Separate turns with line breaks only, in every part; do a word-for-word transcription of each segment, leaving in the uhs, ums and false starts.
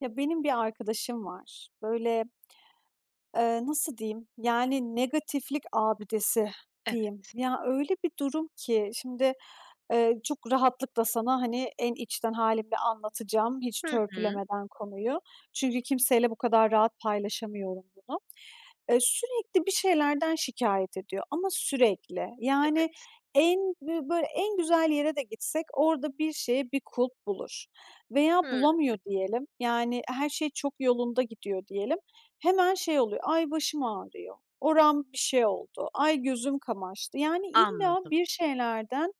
Ya, benim bir arkadaşım var. Böyle, eee, nasıl diyeyim, yani, negatiflik abidesi
Evet.
diyeyim. Ya, öyle bir durum ki şimdi Eee, çok rahatlıkla sana, hani, en içten halimle anlatacağım hiç
Hı hı.
törpülemeden konuyu. Çünkü kimseyle bu kadar rahat paylaşamıyorum bunu. Eee, sürekli bir şeylerden şikayet ediyor ama sürekli. Yani
Evet.
en bö böyle en güzel yere de gitsek orada bir şeye bir kulp bulur veya
Hıı.
bulamıyor diyelim. Yani her şey çok yolunda gidiyor diyelim. Hemen şey oluyor, "Ay, başım ağrıyor." "Oram bir şey oldu." "Ay, gözüm kamaştı." Yani illa
Anladım,
bir şeylerden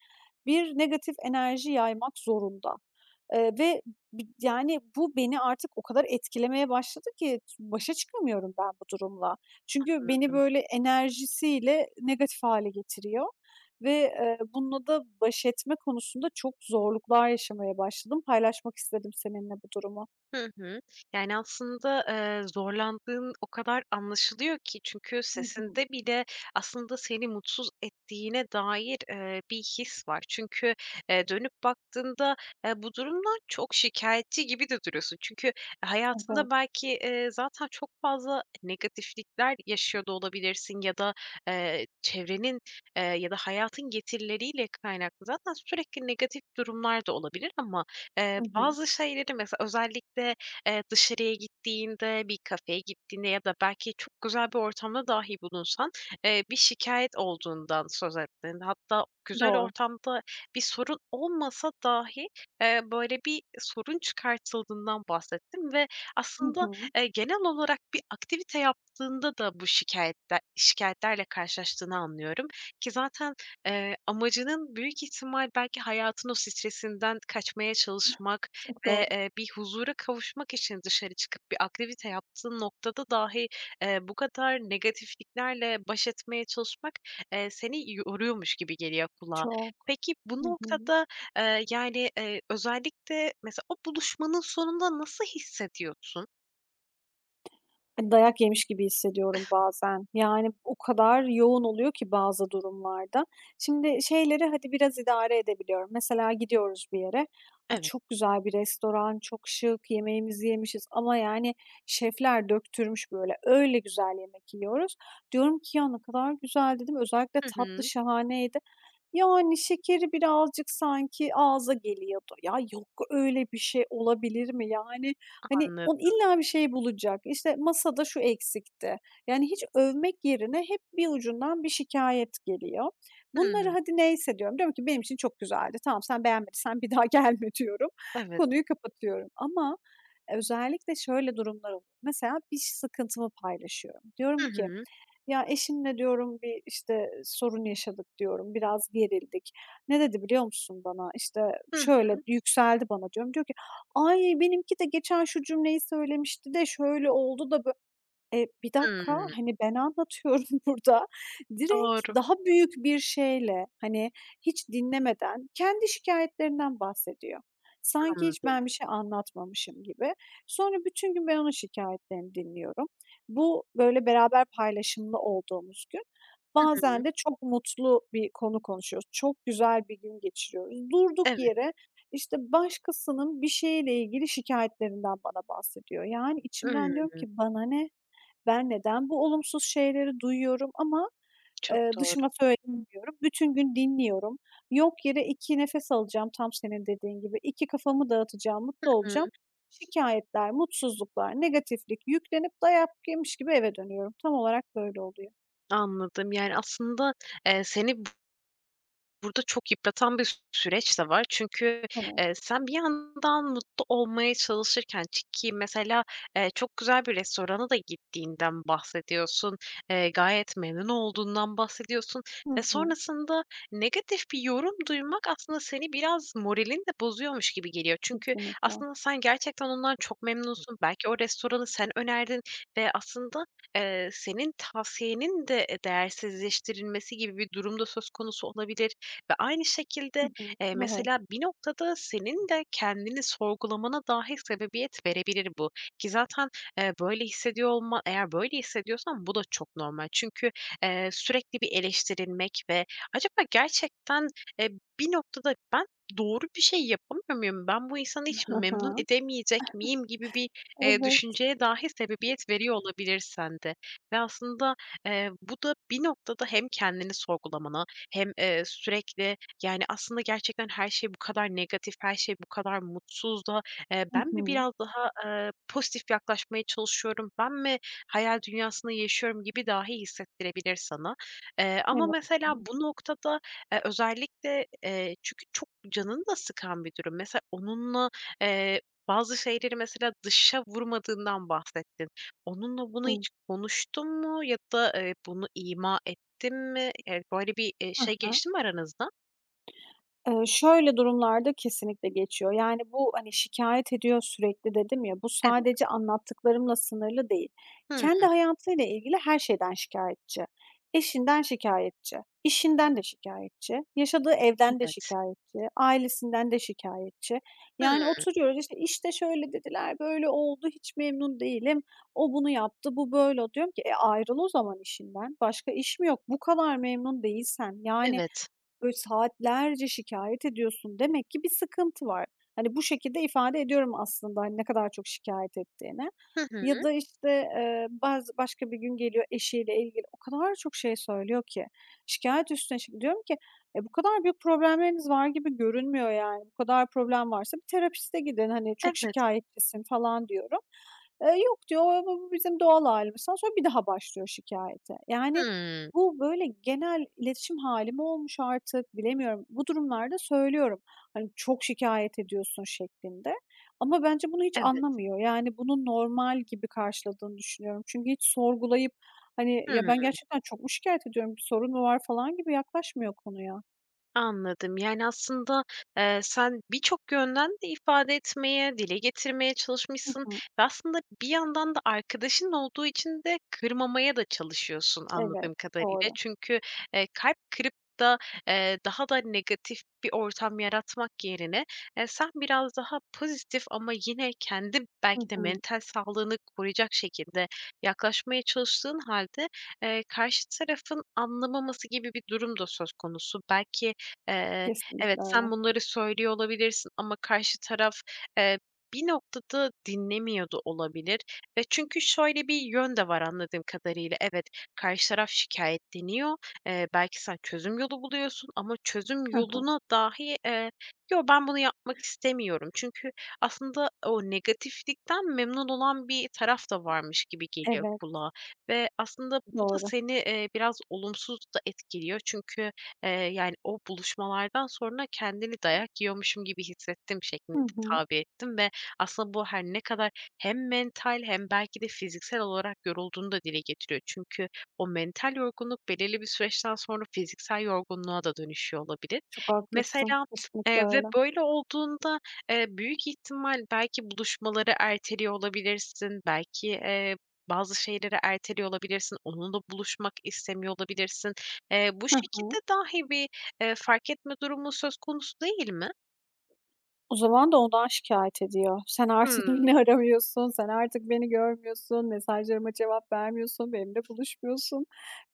bir negatif enerji yaymak zorunda. Eee, ve bi yani, bu beni artık o kadar etkilemeye başladı ki başa çıkamıyorum ben bu durumla. Çünkü beni
anladım.
böyle enerjisiyle negatif hâle getiriyor ve, eee, bununla da baş etme konusunda çok zorluklar yaşamaya başladım. Paylaşmak istedim seninle bu durumu.
Hı hı. Yani, aslında, eee, zorlandığın o kadar anlaşılıyor ki çünkü
Hı hı.
sesinde bile aslında seni mutsuz ettiğine dair, eee, bir his var. Çünkü, eee, dönüp baktığında, eee, bu durumdan çok şikayetçi gibi de duruyorsun. Çünkü hayatında
Evet.
belki, eee, zaten çok fazla negatiflikler yaşıyor da olabilirsin ya da, eee, çevrenin, eee, ya da hayatın getirileriyle kaynaklı zaten sürekli negatif durumlar da olabilir ama Eee,
Hı hı.
bazı şeyleri mesela özellikle, eee, dışarıya gittiğinde, bir kafeye gittiğinde ya da belki çok güzel bir ortamda dahi bulunsan, eee, bir şikayet olduğundan söz ettin. Hatta güzel
Doğru.
ortamda bir sorun olmasa dahi, eee, böyle, bir sorun çıkartıldığından bahsettim ve
Hı
aslında,
hı.
eee, genel olarak bir aktivite yaptığında da bu şikâyette şikâyetlerle karşılaştığını anlıyorum ki zaten Eee, amacının büyük ihtimal belki hayatın o stresinden kaçmaya çalışmak
Çok doğru.
ve, eee, bir huzura kavuşmak için dışarı çıkıp bir aktivite yaptığın noktada dahi, eee, bu kadar negatifliklerle baş etmeye çalışmak, eee, seni yoruyormuş gibi geliyor kulağa.
Çok.
Peki bu
Hı hı.
noktada, eee, yani, eee, özellikle mesela o buluşmanın sonunda nasıl hissediyorsun?
Hani, dayak yemiş gibi hissediyorum bazen. Yani, o kadar yoğun oluyor ki bazı durumlarda. Şimdi şeyleri hadi biraz idare edebiliyorum. Mesela gidiyoruz bir yere. A,
Evet.
çok güzel bir restoran, çok şık, yemeğimizi yemişiz ama, yani, şefler döktürmüş böyle. Öyle güzel yemek yiyoruz. Diyorum ki, "Ya, ne kadar güzel." dedim. Özellikle
Hı
tatlı
hı.
şahaneydi. Yani, şekeri birazcık sanki ağza geliyordu. Ya, yok öyle bir şey olabilir mi? Yani, hani, on
Anladım.
illa bir şey bulacak, İşte masada şu eksikti. Yani hiç övmek yerine hep bir ucundan bir şikayet geliyor. Bunları
Hımm.
hadi neyse diyorum. Diyorum ki, "Benim için çok güzeldi. Tamam, sen beğenmediysen bir daha gelme." diyorum.
Evet.
Konuyu kapatıyorum ama özellikle şöyle durumlar oluyor. Mesela bir sıkıntımı paylaşıyorum. Diyorum
Hı
ki
hı.
ya, eşimle diyorum bir, işte, sorun yaşadık diyorum, biraz gerildik. Ne dedi biliyor musun bana? İşte,
Hı
şöyle yükseldi bana diyorum. Diyor ki, "Ay, benimki de geçen şu cümleyi söylemişti de şöyle oldu da bö" Eee, bir dakika,
hı.
hani, ben anlatıyorum burada. Direkt
Doğru.
daha büyük bir şeyle, hani, hiç dinlemeden kendi şikayetlerinden bahsediyor. Sanki hiç
Anladım.
ben bir şey anlatmamışım gibi. Sonra bütün gün ben onun şikayetlerini dinliyorum. Bu, böyle, beraber paylaşımlı olduğumuz gün.
Hı
Bazen
hı.
de çok mutlu bir konu konuşuyoruz. Çok güzel bir gün geçiriyoruz. Durduk
Evet.
yere, işte, başkasının bir şeyle ilgili şikayetlerinden bana bahsediyor. Yani, içimden diyorum
Imm,
ki bana ne? Ben neden bu olumsuz şeyleri duyuyorum ama,
çok
eee,
doğru.
dışıma Hı. Bütün gün dinliyorum. Yok yere iki nefes alacağım tam senin dediğin gibi. İki kafamı dağıtacağım, mutlu
Hı
olacağım.
hı.
Şikayetler, mutsuzluklar, negatiflik yüklenip dayak yemiş gibi eve dönüyorum. Tam olarak böyle oluyor.
Anladım. Yani, aslında, eee, seni burada çok yıpratan bir süreç de var. Çünkü,
Evet.
eee, sen bir yandan mutlu olmaya çalışırken çi ki mesela, eee, çok güzel bir restorana da gittiğinden bahsediyorsun, eee, gayet memnun olduğundan bahsediyorsun
Hı
ve
hı.
sonrasında negatif bir yorum duymak aslında seni biraz moralin de bozuyormuş gibi geliyor. Çünkü
Kesinlikle.
aslında sen gerçekten ondan çok memnunsun. Belki o restoranı sen önerdin ve aslında, eee, senin tavsiyenin de, değersizleştirilmesi gibi bir durumda söz konusu olabilir. Ve aynı
Hı
şekilde,
hı.
eee,
Doğru.
mesela bir noktada senin de kendini sorgulamana dahi sebebiyet verebilir bu ki zaten, eee, böyle hissediyor olma eğer böyle hissediyorsan bu da çok normal. Çünkü, eee, sürekli bir eleştirilmek ve acaba gerçekten, eee, bir noktada ben doğru bir şey yapamıyor muyum, ben bu insanı hiç
Hı
memnun
hı.
edemeyecek miyim gibi bir, eee,
Evet.
düşünceye dahi sebebiyet veriyor olabilir sende ve aslında, eee, bu da bir noktada hem kendini sorgulamana hem, eee, sürekli, yani, aslında gerçekten her şey bu kadar negatif, her şey bu kadar mutsuz da, eee,
Hı
ben mi
hı.
biraz daha, eee, pozitif yaklaşmaya çalışıyorum, ben mi hayal dünyasında yaşıyorum gibi dahi hissettirebilir sana. Eee, ama
Evet. Hı
mesela
hı.
bu noktada, eee, özellikle, eee, çünkü çok canını da sıkan bir durum. Mesela onunla, eee, bazı şeyleri mesela dışa vurmadığından bahsettin. Onunla bunu
Hı.
hiç konuştun mu ya da, eee, bunu ima gittim mi? Eee, böyle bir, eee, şey
Hı.
geçti mi aranızda?
Eee, şöyle durumlarda kesinlikle geçiyor. Yani, bu, hani, şikâyet ediyor sürekli dedim ya, bu
Evet.
sadece anlattıklarımla sınırlı değil.
Hıı,
Kendi hayatıyla ilgili her şeyden şikâyetçi. Eşinden şikâyetçi, işinden de şikâyetçi, yaşadığı evden de
evet.
şikâyetçi, ailesinden de şikâyetçi.
Hıı,
Yani, oturuyoruz, işte, "İşte şöyle dediler, böyle oldu, hiç memnun değilim, o bunu yaptı, bu böyle." Diyorum ki, "E, ayrıl o zaman işinden. Başka iş mi yok? Bu kadar memnun değilsen, yani,
evet.
böyle saatlerce şikâyet ediyorsun. Demek ki bir sıkıntı var." Hani, bu şekilde ifade ediyorum aslında, hani, ne kadar çok şikâyet ettiğini.
Hı
Ya
hı.
da, işte, eee, bazı başka bir gün geliyor eşiyle ilgili o kadar çok şey söylüyor ki. Şikâyet üstüne şik diyorum ki, "E, bu kadar büyük problemleriniz var gibi görünmüyor yani. Bu kadar problem varsa bir terapiste gidin, hani, çok
Evet.
şikâyetçisin." falan diyorum. Eee, "Yok." diyor, "Bu bu bizim doğal hâlimiz." falan. Sonra bir daha başlıyor şikâyete. Yani,
Hıı,
bu, böyle, genel iletişim hâli mi olmuş artık bilemiyorum. Bu durumlarda söylüyorum, hani, "Çok şikayet ediyorsun." şeklinde ama bence bunu hiç
evet.
anlamıyor. Yani, bunu normal gibi karşıladığını düşünüyorum. Çünkü hiç sorgulayıp, hani, "Ya,
Hı.
ben gerçekten çok mu şikâyet ediyorum, bir sorun mu var?" falan gibi yaklaşmıyor konuya.
Anladım. Yani, aslında, eee, sen birçok yönden de ifade etmeye, dile getirmeye
Hı
çalışmışsın
hı.
ve aslında bir yandan da arkadaşın olduğu için de kırmamaya da çalışıyorsun
Evet,
anladığım kadarıyla.
doğru.
Çünkü, eee, kalp kırıp da, eee, daha da negatif bir ortam yaratmak yerine, eee, sen biraz daha pozitif ama yine kendi
Hı
belki de
hı.
mental sağlığını koruyacak şekilde yaklaşmaya çalıştığın halde eee, karşı tarafın anlamaması gibi bir durum da söz konusu. Belki, Eee, evet,
Kesinlikle öyle.
sen bunları söylüyor olabilirsin ama karşı taraf, eee, bir noktada dinlemiyor da olabilir ve çünkü şöyle bir yön de var anladığım kadarıyla. Evet, karşı taraf şikâyetleniyor. Eee, belki sen çözüm yolu buluyorsun ama çözüm
Hah,
yoluna dahi, eee, "Yo, ben bunu yapmak istemiyorum." Çünkü aslında o negatiflikten memnun olan bir taraf da varmış gibi geliyor
evet,
kulağa ve aslında bu da
doğru.
seni, eee, biraz olumsuz da etkiliyor. Çünkü Eee, yani, o buluşmalardan sonra kendini dayak yiyormuşum gibi hissettim
Hı
şeklinde
hı.
tabi ettim ve aslında bu her ne kadar hem mental hem belki de fiziksel olarak yorulduğunu da dile getiriyor. Çünkü o mental yorgunluk belirli bir süreçten sonra fiziksel yorgunluğa da dönüşüyor olabilir.
Çok haklısın.
Mesela,
Kesinlikle
eee, ve
öyle.
böyle olduğunda, eee, büyük ihtimal belki buluşmaları erteliyor olabilirsin, belki, eee, bazı şeyleri erteliyor olabilirsin, onunla buluşmak istemiyor olabilirsin. Eee, bu
Hı hı.
şekilde dahi bir, eee, fark etme durumu söz konusu değil mi?
O zaman da ondan şikâyet ediyor. "Sen artık
Hımm,
beni aramıyorsun, sen artık beni görmüyorsun, mesajlarıma cevap vermiyorsun, benimle buluşmuyorsun."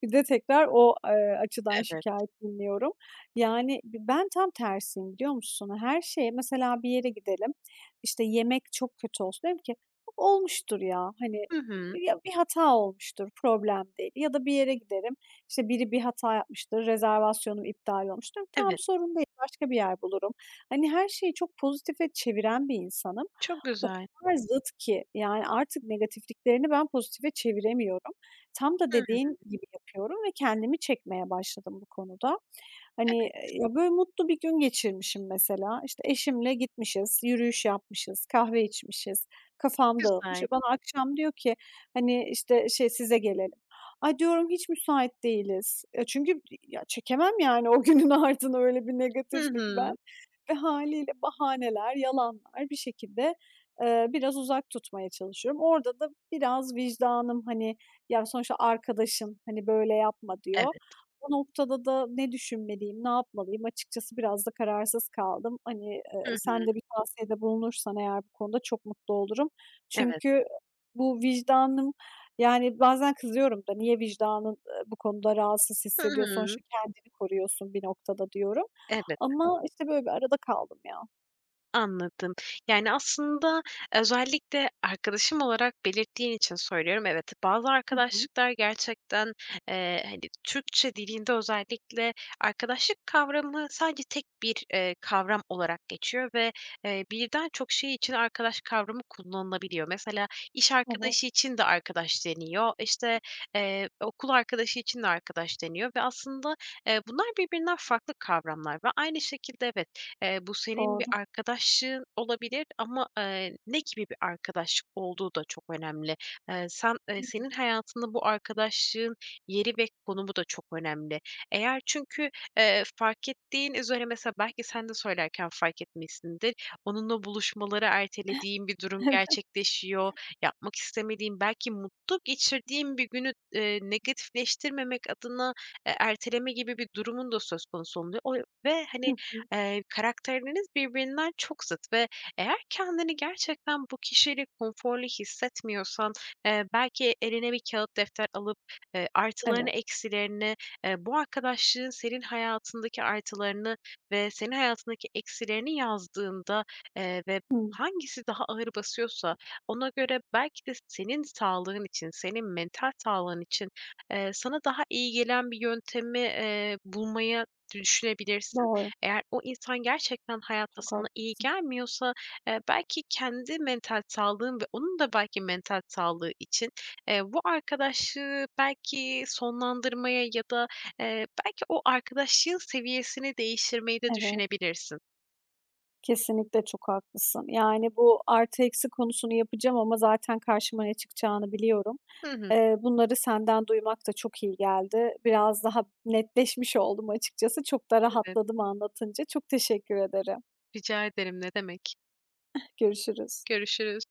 Bir de tekrar o, eee, açıdan
evet.
şikâyet dinliyorum. Yani, b ben tam tersiyim, biliyor musun? Her şeye mesela bir yere gidelim, işte, yemek çok kötü olsun, derim ki, "Olmuştur ya, hani,
Hı hı.
ya, bir hata olmuştur, problem değil." Ya da bir yere giderim, işte, biri bir hata yapmıştır, rezervasyonum iptal olmuştur. "Tamam,
Evet,
sorun değil, başka bir yer bulurum." Hani, her şeyi çok pozitife çeviren bir insanım.
çok
O
güzel.
kadar zıt ki, yani, artık negatifliklerini ben pozitife çeviremiyorum. Tam da
Hı hı.
dediğin gibi yapıyorum ve kendimi çekmeye başladım bu konuda. Hani,
Evet,
eee, ya, böyle mutlu bir gün geçirmişim mesela. İşte, eşimle gitmişiz, yürüyüş yapmışız, kahve içmişiz, kafam dağılmış.
güzel.
Bana akşam diyor ki, hani, işte, şey, "Size gelelim." "Ay," diyorum, "hiç müsait değiliz." Ya, çünkü ya, çekemem yani o günün ardına öyle bir
Hı
negatiflik ben
hı.
ve haliyle bahaneler, yalanlar bir şekilde, eee, biraz uzak tutmaya çalışıyorum. Orada da biraz vicdanım, hani, "Ya, sonuçta arkadaşın, hani, böyle yapma." diyor.
Evet.
O noktada da ne düşünmeliyim, ne yapmalıyım? Açıkçası biraz da kararsız kaldım. Hani, eee,
Hı hı.
sen de bir tavsiyede bulunursan eğer bu konuda çok mutlu olurum.
Evet.
Çünkü bu vicdanım yani bazen kızıyorum da niye vicdanın, eee, bu konuda rahatsız
Hı
hissediyor?
hı.
Sonuçta kendini koruyorsun bir noktada diyorum.
Evet.
Ama işte böyle bir arada kaldım ya.
Anladım. Yani, aslında özellikle arkadaşım olarak belirttiğin için söylüyorum. Evet, bazı
Hı hı.
arkadaşlıklar gerçekten, eee, hani, Türkçe dilinde özellikle arkadaşlık kavramı sadece tek bir, eee, kavram olarak geçiyor ve, eee, birden çok şey için arkadaş kavramı kullanılabiliyor. Mesela iş
Evet,
arkadaşı için de arkadaş deniyor, işte, eee, okul arkadaşı için de arkadaş deniyor ve aslında, eee, bunlar birbirinden farklı kavramlar ve aynı şekilde evet, Eee, bu senin bir
doğru.
arkadaşlığın olabilir ama, eee, ne gibi bir arkadaşlık olduğu da çok önemli. Eee, sen, eee,
Hı hı.
senin hayatında bu arkadaşlığın yeri ve konumu da çok önemli. Eğer çünkü, eee, fark ettiğin üzere mesela belki sen de söylerken fark etmişsindir, onunla buluşmaları ertelediğin bir durum
Evet.
gerçekleşiyor, yapmak istemediğin, belki mutlu geçirdiğin bir günü, eee, negatifleştirmemek adına, eee, erteleme gibi bir durumun da söz konusu oluyor. O ve
Hı
hani
hı.
Eee, karakterleriniz birbirinden çok zıt ve eğer kendini gerçekten bu kişiyle konforlu hissetmiyorsan, eee, belki eline bir kağıt defter alıp, eee, artılarını,
Evet.
eksilerini, eee, bu arkadaşlığın senin hayatındaki artılarını ve senin hayatındaki eksilerini yazdığında, eee, ve
Hıı.
hangisi daha ağır basıyorsa ona göre belki de senin sağlığın için, senin mental sağlığın için, eee, sana daha iyi gelen bir yöntemi, eee, bulmaya düşünebilirsin.
Doğru.
Eğer o insan gerçekten hayatta
Çok
sana iyi
haklısın.
gelmiyorsa, eee, belki kendi mental sağlığın ve onun da belki mental sağlığı için, eee, bu arkadaşlığı belki sonlandırmaya ya da, eee, belki o arkadaşlığın seviyesini değiştirmeyi de
Evet.
düşünebilirsin.
Kesinlikle çok haklısın. Yani bu artı eksi konusunu yapacağım ama zaten karşıma ne çıkacağını biliyorum.
Hı hı.
Eee, bunları senden duymak da çok iyi geldi. Biraz daha netleşmiş oldum açıkçası. Çok da
Evet,
rahatladım anlatınca. Çok teşekkür ederim.
rica ederim, ne demek.
Görüşürüz.
Görüşürüz.